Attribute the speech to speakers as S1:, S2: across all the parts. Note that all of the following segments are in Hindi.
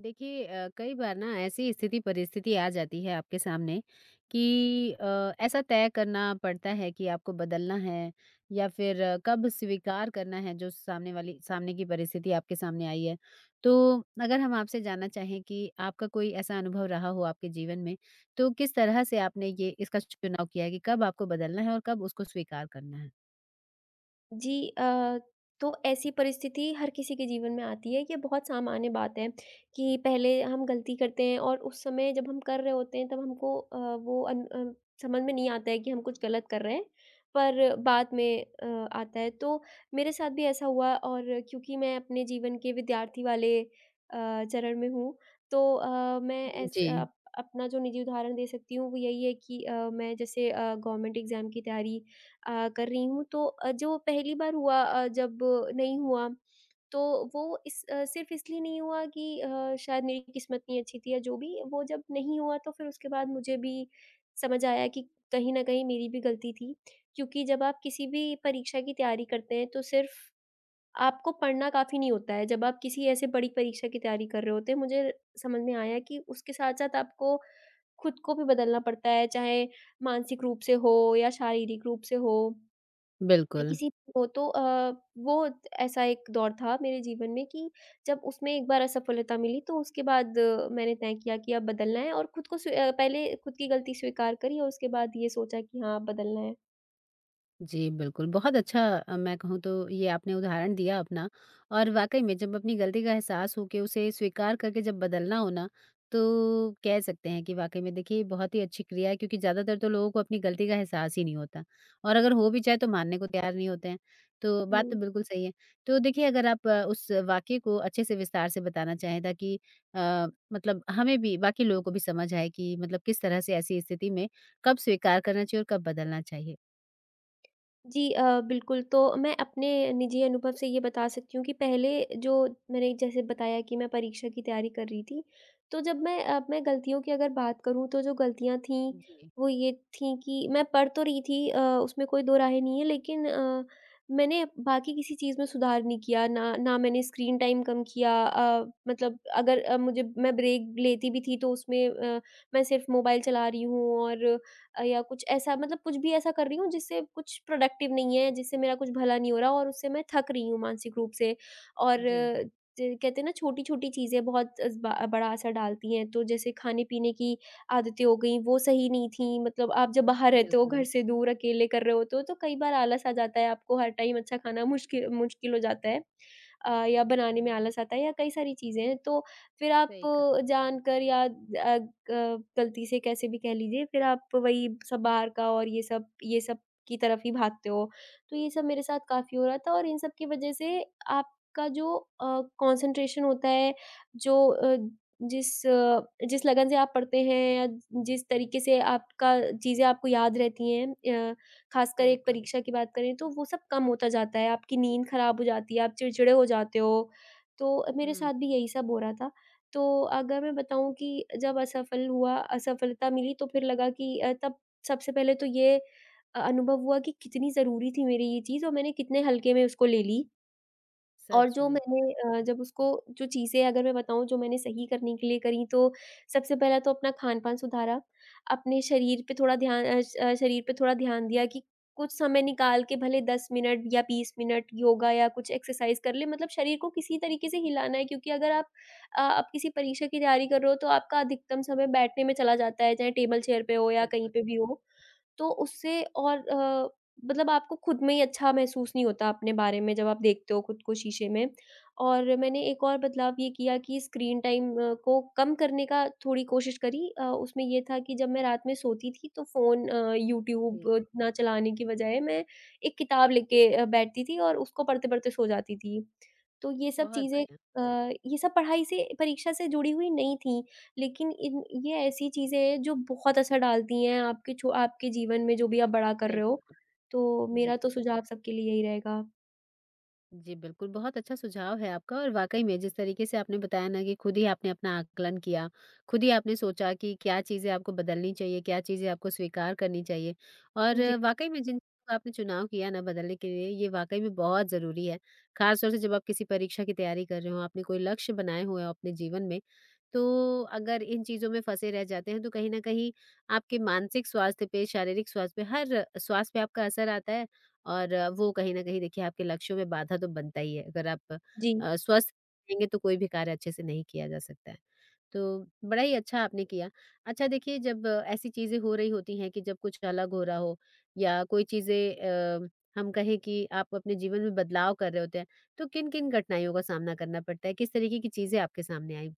S1: देखिए कई बार ना ऐसी स्थिति परिस्थिति आ जाती है आपके सामने कि ऐसा तय करना पड़ता है कि आपको बदलना है या फिर कब स्वीकार करना है जो सामने की परिस्थिति आपके सामने आई है तो अगर हम आपसे जानना चाहें कि आपका कोई ऐसा अनुभव रहा हो आपके जीवन में तो किस तरह से आपने ये इसका चुनाव किया है कि कब आपको बदलना है और कब उसको स्वीकार करना है।
S2: जी तो ऐसी परिस्थिति हर किसी के जीवन में आती है, ये बहुत सामान्य बात है कि पहले हम गलती करते हैं और उस समय जब हम कर रहे होते हैं तब हमको वो समझ में नहीं आता है कि हम कुछ गलत कर रहे हैं, पर बाद में आता है। तो मेरे साथ भी ऐसा हुआ और क्योंकि मैं अपने जीवन के विद्यार्थी वाले चरण में हूँ, तो मैं ऐस
S1: जी
S2: अप अपना जो निजी उदाहरण दे सकती हूँ वो यही है कि मैं जैसे गवर्नमेंट एग्ज़ाम की तैयारी कर रही हूँ। तो जो पहली बार हुआ जब नहीं हुआ, तो वो सिर्फ़ इसलिए नहीं हुआ कि शायद मेरी किस्मत नहीं अच्छी थी या जो भी, वो जब नहीं हुआ तो फिर उसके बाद मुझे भी समझ आया कि कहीं न कहीं मेरी भी गलती थी। क्योंकि जब आप किसी भी परीक्षा की तैयारी करते हैं, तो सिर्फ़ आपको पढ़ना काफ़ी नहीं होता है, जब आप किसी ऐसे बड़ी परीक्षा की तैयारी कर रहे होते हैं, मुझे समझ में आया कि उसके साथ-साथ आपको खुद को भी बदलना पड़ता है, चाहे मानसिक रूप से हो या शारीरिक रूप से हो।
S1: बिल्कुल।
S2: किसी को तो वो ऐसा एक दौर था मेरे जीवन में कि जब उसमें एक बार असफलता मिली तो उसके बाद मैंने तय किया कि अब बदलना है और खुद को स्वी अ, पहले खुद की गलती स्वीकार करी और उसके बाद ये सोचा कि हाँ, अब बदलना है।
S1: जी, बिल्कुल। बहुत अच्छा। मैं कहूँ तो ये आपने उदाहरण दिया अपना और वाक़ई में जब अपनी गलती का एहसास हो के उसे स्वीकार करके जब बदलना हो ना, तो कह सकते हैं कि वाक़ई में देखिए ये बहुत ही अच्छी क्रिया है क्योंकि ज़्यादातर तो लोगों को अपनी गलती का एहसास ही नहीं होता और अगर हो भी जाए तो मानने को तैयार नहीं होते हैं। तो बात
S2: हुँ।
S1: तो बिल्कुल सही है। तो देखिए अगर आप उस वाक़ये को अच्छे से विस्तार से बताना चाहें ताकि अ, मतलब हमें भी बाकी लोगों को भी समझ आए कि मतलब किस तरह से ऐसी स्थिति में कब स्वीकार करना चाहिए और कब बदलना चाहिए?
S2: जी बिल्कुल, तो मैं अपने निजी अनुभव से ये बता सकती हूँ कि पहले जो मैंने जैसे बताया कि मैं परीक्षा की तैयारी कर रही थी, तो जब मैं अब मैं गलतियों की अगर बात करूँ तो जो गलतियाँ थीं,
S1: जी।
S2: वो ये थीं कि मैं पढ़ तो रही थी उसमें कोई दो राहें नहीं है लेकिन मैंने बाकी किसी चीज़ में सुधार नहीं किया, ना ना मैंने स्क्रीन टाइम कम किया मतलब अगर अ, मुझे मैं ब्रेक लेती भी थी तो उसमें मैं सिर्फ़ मोबाइल चला रही हूँ और या कुछ ऐसा मतलब कुछ भी ऐसा कर रही हूँ जिससे कुछ प्रोडक्टिव नहीं है, जिससे मेरा कुछ भला नहीं हो रहा और उससे मैं थक रही हूँ मानसिक रूप से। और
S1: जी, जी,
S2: ज कहते हैं ना छोटी-छोटी चीज़ें बहुत अस ब बड़ा असर डालती हैं। तो जैसे खाने-पीने की आदतें हो गई, वो सही नहीं थी। मतलब आप जब बाहर रहते हो, घर
S1: बिल्कुल,
S2: से दूर अकेले कर रहे होते हो, तो कई बार आलस आ जाता है, आपको हर टाइम अच्छा खाना मुश्किल मुश्किल हो जाता है। या बनाने में आलस आता है या कई सारी चीज़ें हैं। तो फिर आप
S1: सही कहा,
S2: जानकर या अ, ग गलती से कैसे भी कह लीजिए फिर आप वही सब बाहर का और ये सब ये सब की तरफ ही भागते हो। तो ये सब मेरे साथ काफ़ी हो रहा था और इन सब की वज़ह से आपका जो कॉन्सन्ट्रेशन होता है जो जिस अ, जिस लगन से आप पढ़ते हैं या जिस तरीके से आपका चीज़ें आपको याद रहती हैं ख़ासकर एक
S1: बिल्कुल,
S2: परीक्षा की बात करें तो वो सब कम होता जाता है, आपकी नींद ख़राब हो जाती है, आप चिड़चिड़े हो जाते हो। तो मेरे
S1: हुँ,
S2: साथ भी यही सब हो रहा था। तो अगर मैं बताऊँ कि जब असफलता मिली तो फिर लगा कि तब सबसे पहले तो ये अनुभव हुआ कि कितनी ज़रूरी थी मेरी ये चीज़ और मैंने कितने हल्के में उसको ले ली। और
S1: सच
S2: जो
S1: में।
S2: मैंने अ, जब उसको जो चीज़ें अगर मैं बताऊँ जो मैंने सही करने के लिए करी तो सबसे पहला तो अपना खान-पान सुधारा, अपने शरीर पे थोड़ा ध्यान अ, श अ, शरीर पे थोड़ा ध्यान दिया कि कुछ समय निकाल के भले 10 मिनट या 20 मिनट योगा या कुछ एक्सरसाइज़ कर लें मतलब शरीर को किसी तरीके से हिलाना है क्योंकि अगर आप आप किसी परीक्षा की तैयारी कर रहे हो तो आपका अधिकतम समय बैठने में चला जाता है, चाहे टेबल चेयर पे हो या कहीं
S1: बिल्कुल,
S2: पे भी हो। तो उससे और मतलब आपको खुद में ही अच्छा महसूस नहीं होता अपने बारे में जब आप देखते हो खुद को शीशे में। और मैंने एक और बदलाव ये किया कि स्क्रीन टाइम को कम करने का थोड़ी कोशिश करी उसमें ये था कि जब मैं रात में सोती थी तो फ़ोन
S1: जी,
S2: यूट्यूब ना चलाने की बजाय मैं एक किताब लेके बैठती थी और उसको पढ़ते-पढ़ते सो जाती थी। तो ये सब
S1: बहुत
S2: चीज़ें
S1: बढ़िया,
S2: ये सब पढ़ाई से परीक्षा से जुड़ी हुई नहीं थी, लेकिन इन ये ऐसी चीज़ें हैं जो बहुत असर डालती हैं आपके जीवन में जो भी आप बड़ा कर
S1: सही
S2: रहे हो।
S1: कहा,
S2: तो मेरा
S1: जी।
S2: तो सुझाव सबके लिए यही रहेगा।
S1: जी, बिल्कुल, बहुत अच्छा सुझाव है आपका और वाक़ई में जिस तरीके से आपने बताया ना कि खुद ही आपने अपना आकलन किया, खुद ही आपने सोचा कि क्या चीज़ें आपको बदलनी चाहिए, क्या चीज़ें आपको स्वीकार करनी चाहिए और
S2: जी,
S1: वाक़ई में जिन चीज़ों का आपने चुनाव किया ना बदलने के लिए, ये वाक़ई में बहुत ज़रूरी है। ख़ास तौर से जब आप किसी परीक्षा की तैयारी कर रहे हो, आपने कोई लक्ष्य बनाए हुए हो अपने जीवन में, तो अगर इन चीज़ों में फँसे रह जाते हैं, तो कहीं न कहीं आपके मानसिक स्वास्थ्य पे, शारीरिक स्वास्थ्य पे, हर स्वास्थ्य पे आपका असर आता है। और वो कहीं न कहीं देखिए आपके लक्ष्यों में बाधा तो बनता ही है। अगर आप
S2: जी।
S1: स्वस्थ रहेंगे तो कोई भी कार्य अच्छे से नहीं किया जा सकता है। तो बड़ा ही अच्छा आपने किया। अच्छा देखिए जब ऐसी चीज़ें हो रही होती हैं कि जब कुछ अलग हो रहा हो या कोई चीज़ें अ, हम कहें कि आप अपने जीवन में बदलाव कर रहे होते हैं, तो किन-किन कठिनाइयों का सामना करना पड़ता है? किस तरीके की चीज़ें आपके सामने आई?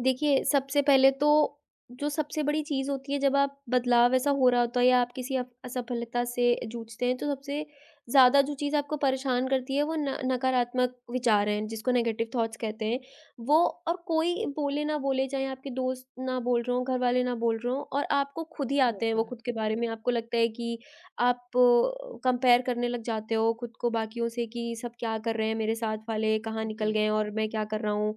S2: देखिए, सबसे पहले तो जो सबसे बड़ी चीज़ होती है जब आप बदलाव ऐसा हो रहा होता है या आप किसी अफ असफलता से जूझते हैं, तो सबसे ज़्यादा जो चीज़ आपको परेशान करती है वो न नकारात्मक विचार हैं, जिसको नेगेटिव थॉट्स कहते हैं। वो और कोई बोले ना बोले, चाहे आपके दोस्त ना बोल रहे हों, घरवाले ना बोल रहे हों और आपको खुद ही आते हैं वो
S1: बिल्कुल।
S2: खुद के बारे में। आपको लगता है कि आप कंपेयर करने लग जाते हो खुद को बाकियों से कि सब क्या कर रहे हैं, मेरे साथ वाले कहाँ
S1: जी।
S2: निकल गए हैं और मैं क्या कर रहा हूँ।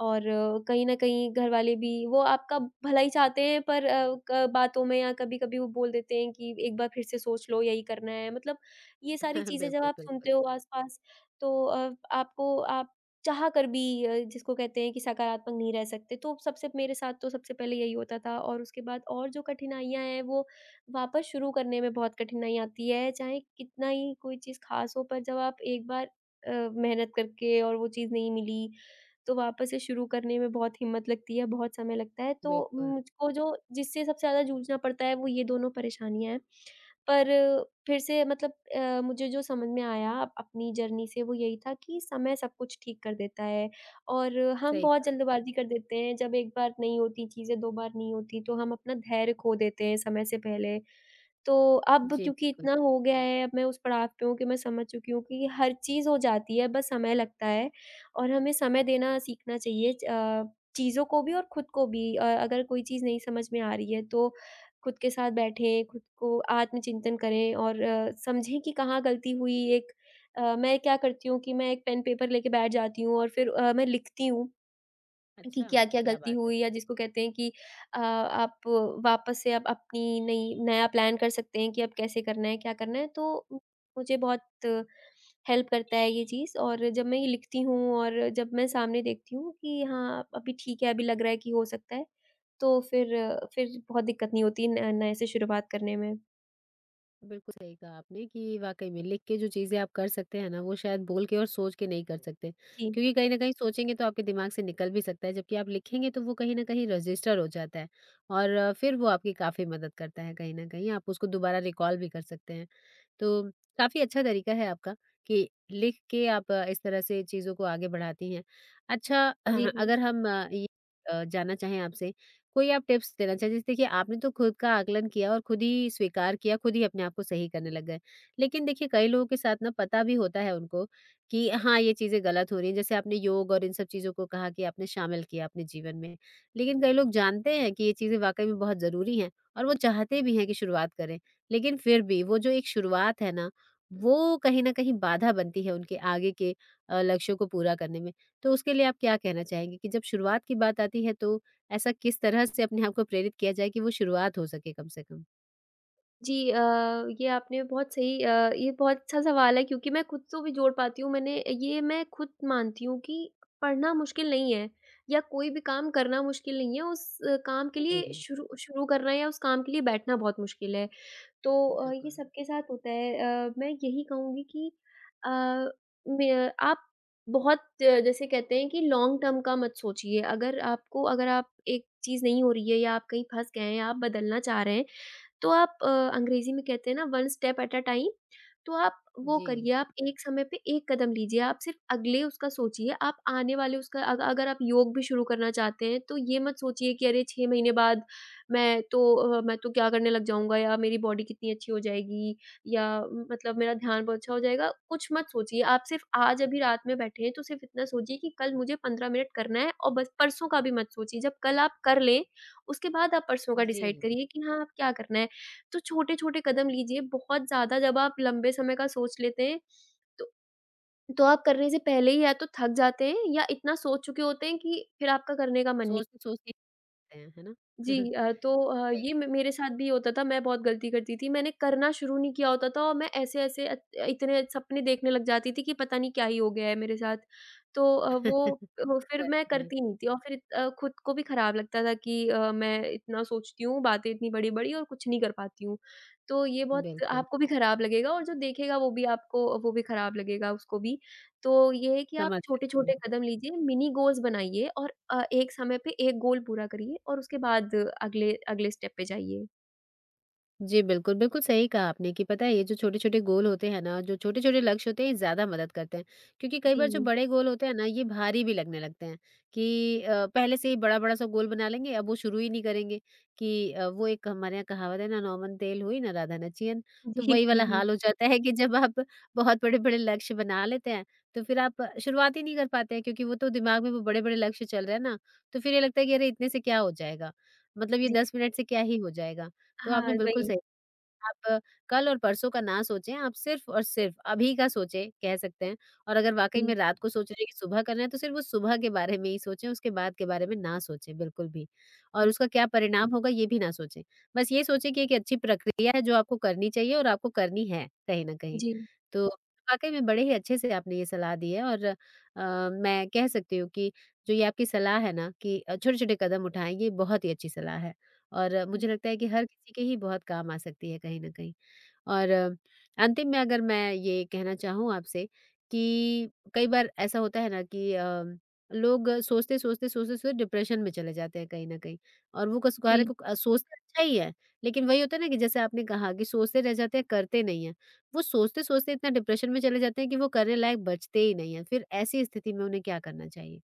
S2: और कहीं न कहीं घरवाले भी वो आपका भला ही चाहते हैं पर अ, क बातों में या कभी-कभी वो बोल देते हैं कि एक बार फिर से सोच लो यही करना है। मतलब ये सारी चीज़ें जब
S1: बिल्कुल,
S2: आप
S1: बिल्कुल।
S2: सुनते हो आस-पास तो आपको आप चाह कर भी जिसको कहते हैं कि सकारात्मक नहीं रह सकते। तो सबसे मेरे साथ तो सबसे पहले यही होता था और उसके बाद और जो कठिनाइयाँ हैं वो वापस शुरू करने में बहुत कठिनाई आती है। चाहे कितना ही कोई चीज़ ख़ास हो पर जब आप एक बार मेहनत करके और वो चीज़ नहीं मिली तो वापस से शुरू करने में बहुत हिम्मत लगती है, बहुत समय लगता है। तो
S1: बिल्कुल,
S2: मुझको जो जिससे सबसे ज़्यादा जूझना पड़ता है, वो ये दोनों परेशानियाँ हैं। पर फिर से मतलब मुझे जो समझ में आया अप अपनी जर्नी से वो यही था कि समय सब कुछ ठीक कर देता है और हम
S1: सही
S2: बहुत
S1: कहा।
S2: जल्दबाज़ी कर देते हैं। जब एक बार नहीं होती चीज़ें, 2 बार नहीं होती, तो हम अपना धैर्य खो देते हैं समय से पहले। तो अब
S1: जी,
S2: क्योंकि
S1: बिल्कुल।
S2: इतना हो गया है, अब मैं उस पड़ाव पे हूँ कि मैं समझ चुकी हूँ कि हर चीज़ हो जाती है, बस समय लगता है और हमें समय देना सीखना चाहिए चीज़ों को भी और खुद को भी। अगर कोई चीज़ नहीं समझ में आ रही है तो खुद के साथ बैठें, खुद को आत्मचिंतन करें और समझें कि कहाँ गलती हुई। मैं क्या करती हूँ कि मैं एक पेन पेपर लेके बैठ जाती हूँ और फिर मैं लिखती हूँ। कि
S1: अच्छा,
S2: क्या-क्या
S1: क्या
S2: गलती
S1: बात है।
S2: हुई या जिसको कहते हैं कि आप वापस से आप अपनी नई नया प्लान कर सकते हैं कि अब कैसे करना है, क्या करना है। तो मुझे बहुत हेल्प करता है ये चीज़ और जब मैं ये लिखती हूँ और जब मैं सामने देखती हूँ कि हाँ, अभी ठीक है, अभी लग रहा है कि हो सकता है, तो फिर बहुत दिक्कत नहीं होती न नए से शुरुआत करने में।
S1: बिल्कुल सही कहा आपने कि वाकई में लिख के जो चीज़ें आप कर सकते हैं ना, वो शायद बोल के और सोच के नहीं कर सकते।
S2: जी।
S1: क्योंकि कहीं न कहीं सोचेंगे तो आपके दिमाग से निकल भी सकता है, जबकि आप लिखेंगे तो वो कहीं न कहीं रजिस्टर हो जाता है और फिर वो आपकी काफ़ी मदद करता है कहीं न कहीं। आप उसको दोबारा रिकॉल भी कर सकते हैं। तो काफ़ी अच्छा तरीका है आपका कि लिख के आप इस तरह से चीज़ों को आगे बढ़ाती हैं। अच्छा
S2: जी, जी।
S1: अगर हम जानना चाहें आपसे कोई आप टिप्स देना चाहें? जैसे देखिए आपने तो खुद का आकलन किया और खुद ही स्वीकार किया, खुद ही अपने आप को सही करने लग गए। लेकिन देखिए कई लोगों के साथ ना पता भी होता है उनको कि हाँ, ये चीज़ें गलत हो रही हैं। जैसे आपने योग और इन सब चीज़ों को कहा कि आपने शामिल किया अपने जीवन में। लेकिन कई लोग जानते हैं कि ये चीज़ें वाक़ई में बहुत ज़रूरी हैं और वो चाहते भी हैं कि शुरुआत करें। लेकिन फिर भी वो जो एक शुरुआत है ना, वो कहीं न कहीं बाधा बनती है उनके आगे के लक्ष्यों को पूरा करने में। तो उसके लिए आप क्या कहना चाहेंगे कि जब शुरुआत की बात आती है तो ऐसा किस तरह से अपने आप को प्रेरित किया जाए कि वो शुरुआत हो सके कम से कम?
S2: जी ये आपने बहुत सही ये बहुत अच्छा सवाल है क्योंकि मैं खुद तो भी जोड़ पाती हूँ मैंने ये मैं खुद मानती हूँ कि पढ़ना मुश्किल नहीं है या कोई भी काम करना मुश्किल नहीं है उस काम के लिए
S1: जी,
S2: शुरू शुरू करना या उस काम के लिए बैठना बहुत मुश्किल है तो ये
S1: बिल्कुल।
S2: सबके साथ होता है मैं यही कहूँगी कि अ, आप बहुत जैसे कहते हैं कि लॉन्ग टर्म का मत सोचिए अगर आप एक चीज़ नहीं हो रही है या आप कहीं फंस गए हैं आप बदलना चाह रहे हैं तो आप अंग्रेज़ी में कहते हैं ना one step at a time, तो आप वो
S1: जी,
S2: करिए, आप एक समय पे एक कदम लीजिए, आप सिर्फ़ अगले उसका सोचिए, आप आने वाले उसका अग अगर आप योग भी शुरू करना चाहते हैं, तो ये मत सोचिए कि अरे 6 महीने बाद मैं तो क्या करने लग जाऊँगा या मेरी बॉडी कितनी अच्छी हो जाएगी या मतलब मेरा ध्यान बहुत अच्छा हो जाएगा, कुछ मत सोचिए। आप सिर्फ़ आज अभी रात में बैठे हैं, तो सिर्फ़ इतना सोचिए कि कल मुझे 15 मिनट करना है और बस परसों का भी मत सोचिए। जब कल आप कर लें, उसके बाद आप परसों का
S1: जी।
S2: डिसाइड करिए कि हाँ, आप क्या करना है। तो छोटे-छोटे कदम लीजिए, बहुत ज़्यादा जब आप लंबे समय का सोच लेते हैं, तो तो आप करने से पहले ही या तो थक जाते हैं या इतना सोच चुके होते हैं कि फिर आपका करने का मन।
S1: सोचते-सोचते ही करते हैं, है ना?
S2: जी।
S1: सही।
S2: ये मे मेरे साथ भी होता था, मैं बहुत गलती करती थी। मैंने करना शुरू नहीं किया होता था और मैं ऐसे-ऐसे अत इतने सपने देखने लग जाती थी कि पता नहीं क्या ही हो गया है मेरे साथ। तो अ, वो वो फिर
S1: सच
S2: मैं
S1: में,
S2: करती नहीं थी और फिर खुद को भी खराब लगता था कि मैं इतना सोचती हूँ, बातें इतनी बड़ी-बड़ी और कुछ नहीं कर पाती हूँ। तो ये बहुत
S1: बिल्कुल,
S2: आपको भी खराब लगेगा और जो देखेगा वो भी आपको वो भी खराब लगेगा उसको भी। तो ये है कि आप
S1: समझ सकती हूँ।
S2: छोटे-छोटे कदम लीजिए, मिनी गोल्स बनाइए और एक समय पे एक गोल पूरा करिए और उसके बाद अगले अगले स्टेप पे जाइए।
S1: जी, बिल्कुल, बिल्कुल सही कहा आपने कि पता है ये जो छोटे-छोटे गोल होते हैं ना, जो छोटे-छोटे लक्ष्य होते हैं ये ज़्यादा मदद करते हैं। क्योंकि कई बार जो
S2: जी।
S1: बड़े गोल होते हैं ना ये भारी भी लगने लगते हैं कि पहले से ही बड़ा-बड़ा सा गोल बना लेंगे अब वो शुरू ही नहीं करेंगे कि वो एक हमारे यहाँ कहावत है ना, "नौमन तेल हुई ना राधा नचियन।" तो
S2: जी,
S1: वही
S2: जी,
S1: वाला
S2: जी।
S1: हाल हो जाता है कि जब आप बहुत बड़े-बड़े लक्ष्य बना लेते हैं, तो फिर आप शुरुआत ही नहीं कर पाते हैं क्योंकि वो तो दिमाग में वो बड़े-बड़े लक्ष्य चल रहे हैं ना, तो फिर ये लगता है कि अरे इतने से क्या हो जाएगा? मतलब ये
S2: जी।
S1: 10 मिनट से क्या ही हो जाएगा? तो आपने
S2: हाँ,
S1: बिल्कुल
S2: वही।
S1: सही। आप कल और परसों का ना सोचें, आप सिर्फ़ और सिर्फ़ अभी का सोचें, कह सकते हैं और अगर वाक़ई
S2: जी,
S1: में रात को सोच रहे हैं कि सुबह करना है, तो सिर्फ़ उस सुबह के बारे में ही सोचें, उसके बाद के बारे में ना सोचें बिल्कुल भी और
S2: जी,
S1: उसका क्या परिणाम होगा, ये भी ना सोचें। बस ये सोचें कि एक अच्छी प्रक्रिया है, जो आपको करनी चाहिए और आपको करनी है, कहीं न कहीं।
S2: जी,
S1: तो वाक़ई में बड़े ही अच्छे से आपने ये सलाह दी है और मैं कह सकती हूँ कि जो ये आपकी सलाह है ना कि छोटे-छोटे कदम उठाएँ, ये बहुत ही अच्छी सलाह है। और
S2: जी,
S1: मुझे लगता है कि हर किसी के ही बहुत काम आ सकती है कहीं न कहीं। और अंतिम में अगर मैं ये कहना चाहूँ आपसे कि कई बार ऐसा होता है ना कि लोग सोचते, सोचते, सोचते, सोचते डिप्रेशन में चले जाते हैं कहीं न कहीं और वो कस सारे
S2: जी।
S1: को सोचते अच्छा ही है, लेकिन वही होता है ना कि जैसे आपने कहा कि सोचते रह जाते हैं, करते नहीं हैं। वो सोचते-सोचते इतना डिप्रेशन में चले जाते हैं कि वो करने लायक बचते ही नहीं हैं, फिर ऐसी स्थिति में उन्हें क्या करना चाहिए?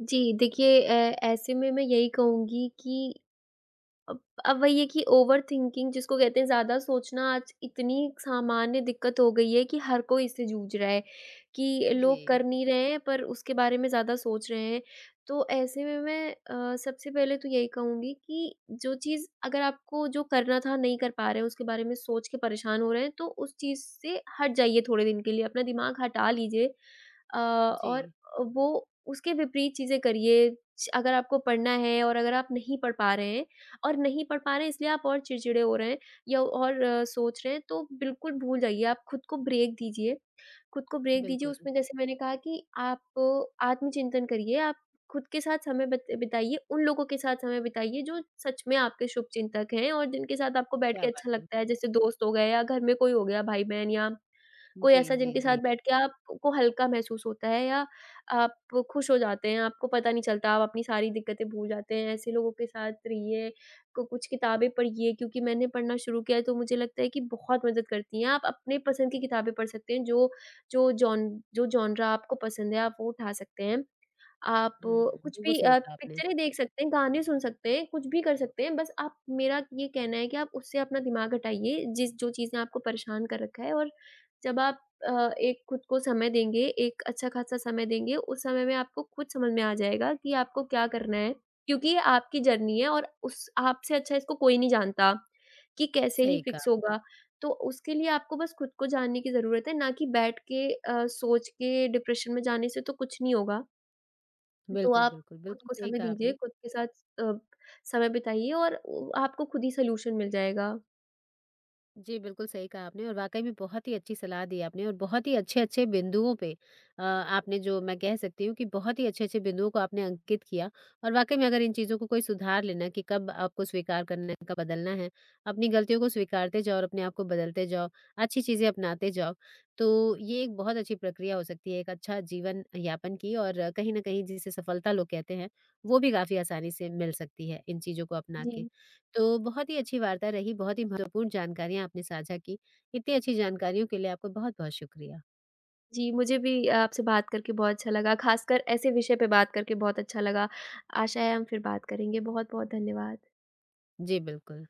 S2: जी, देखिए, ऐसे में मैं यही कहूँगी कि अब अब वही है कि ओवरथिंकिंग जिसको कहते हैं ज़्यादा सोचना आज इतनी सामान्य दिक्कत हो गई है कि हर कोई इससे जूझ रहा है, कि लोग
S1: जी,
S2: कर नहीं रहे हैं पर उसके बारे में ज़्यादा सोच रहे हैं। तो ऐसे में मैं सबसे पहले तो यही कहूँगी कि जो चीज़ अगर आपको जो करना था नहीं कर पा रहे हैं, उसके बारे में सोच के परेशान हो रहे हैं तो उस चीज़ से हट जाइए थोड़े दिन के लिए, अपना दिमाग हटा लीजिए और
S1: जी,
S2: वो उसके विपरीत चीज़ें करिए। च अगर आपको पढ़ना है और अगर आप नहीं पढ़ पा रहे हैं और नहीं पढ़ पा रहे हैं इसलिए आप और चिड़चिड़े हो रहे हैं या और सोच रहे हैं तो बिल्कुल भूल जाइए। आप खुद को ब्रेक दीजिए। खुद को ब्रेक दीजिए
S1: बिल्कुल।
S2: उसमें जैसे मैंने कहा कि आप आत्मचिंतन करिए। आप खुद के साथ समय बत बिताइए, उन लोगों के साथ समय बिताइए जो सच में आपके शुभचिंतक हैं और जिनके साथ आपको बैठ के
S1: क्या बात
S2: अच्छा
S1: है!
S2: लगता है। जैसे दोस्त हो गए या घर में कोई हो गया भाई-बहन या कोई
S1: जी,
S2: ऐसा
S1: जी,
S2: जिनके साथ
S1: जी।
S2: बैठ के आपको हल्का महसूस होता है या आप खुश हो जाते हैं, आपको पता नहीं चलता, आप अपनी सारी दिक्कतें भूल जाते हैं, ऐसे लोगों के साथ रहिए। क कुछ किताबें पढ़िए क्योंकि मैंने पढ़ना शुरू किया है तो मुझे लगता है कि बहुत मदद करती हैं। आप अपने पसंद की किताबें पढ़ सकते हैं, जो जो जॉन जो जॉनरा आपको पसंद है, आप वो उठा सकते हैं। आप
S1: हुँ,
S2: कुछ
S1: बिल्कुल
S2: भी
S1: सही कहा आपने,
S2: पिक्चरें देख सकते हैं, गाने सुन सकते हैं, कुछ भी कर सकते हैं, बस आप मेरा ये कहना है कि आप उससे अपना दिमाग हटाइए, जिस जो चीज़ें आपको परेशान कर रखा है और जब आप एक खुद को समय देंगे, एक अच्छा-खासा समय देंगे, उस समय में आपको खुद समझ में आ जाएगा कि आपको क्या करना है, क्योंकि ये आपकी जर्नी है और उस आपसे अच्छा इसको कोई नहीं जानता कि कैसे ही
S1: सही कहा,
S2: फिक्स होगा। तो उसके लिए आपको बस खुद को जानने की ज़रूरत है, ना कि बैठ के सोच के डिप्रेशन में जाने से तो कुछ नहीं होगा। तो
S1: बिल्कुल,
S2: आप
S1: बिल्कुल,
S2: खुद
S1: बिल्कुल
S2: को
S1: सही
S2: समय
S1: कहा
S2: दीजिए,
S1: आपने।
S2: खुद के साथ अ, समय बिताइए और उ आपको खुद ही सॉल्यूशन मिल जाएगा।
S1: जी, बिल्कुल सही कहा आपने और वाक़ई में बहुत ही अच्छी सलाह दी आपने और बहुत ही अच्छे-अच्छे बिंदुओं पे आपने जो मैं कह सकती हूँ कि बहुत ही अच्छे-अच्छे बिंदुओं को आपने अंकित किया और वाक़ई में अगर इन चीज़ों को कोई सुधार लेना कि कब आपको स्वीकार करना है, कब बदलना है, अपनी गलतियों को स्वीकारते जाओ और अपने आप को बदलते जाओ, अच्छी चीज़ें अपनाते जाओ, तो ये एक बहुत अच्छी प्रक्रिया हो सकती है एक अच्छा जीवन यापन की और कहीं न कहीं जिसे सफलता लोग कहते हैं, वो भी काफ़ी आसानी से मिल सकती है इन चीज़ों को अपना
S2: जी।
S1: के। तो बहुत ही अच्छी वार्ता रही, बहुत ही महत्वपूर्ण जानकारियाँ आपने साझा की। इतनी अच्छी जानकारियों के लिए आपका बहुत-बहुत शुक्रिया।
S2: जी, मुझे भी आपसे बात करके बहुत अच्छा लगा, ख़ासकर ऐसे विषय पे बात करके बहुत अच्छा लगा। आशा है हम फिर बात करेंगे। बहुत-बहुत धन्यवाद।
S1: जी, बिल्कुल।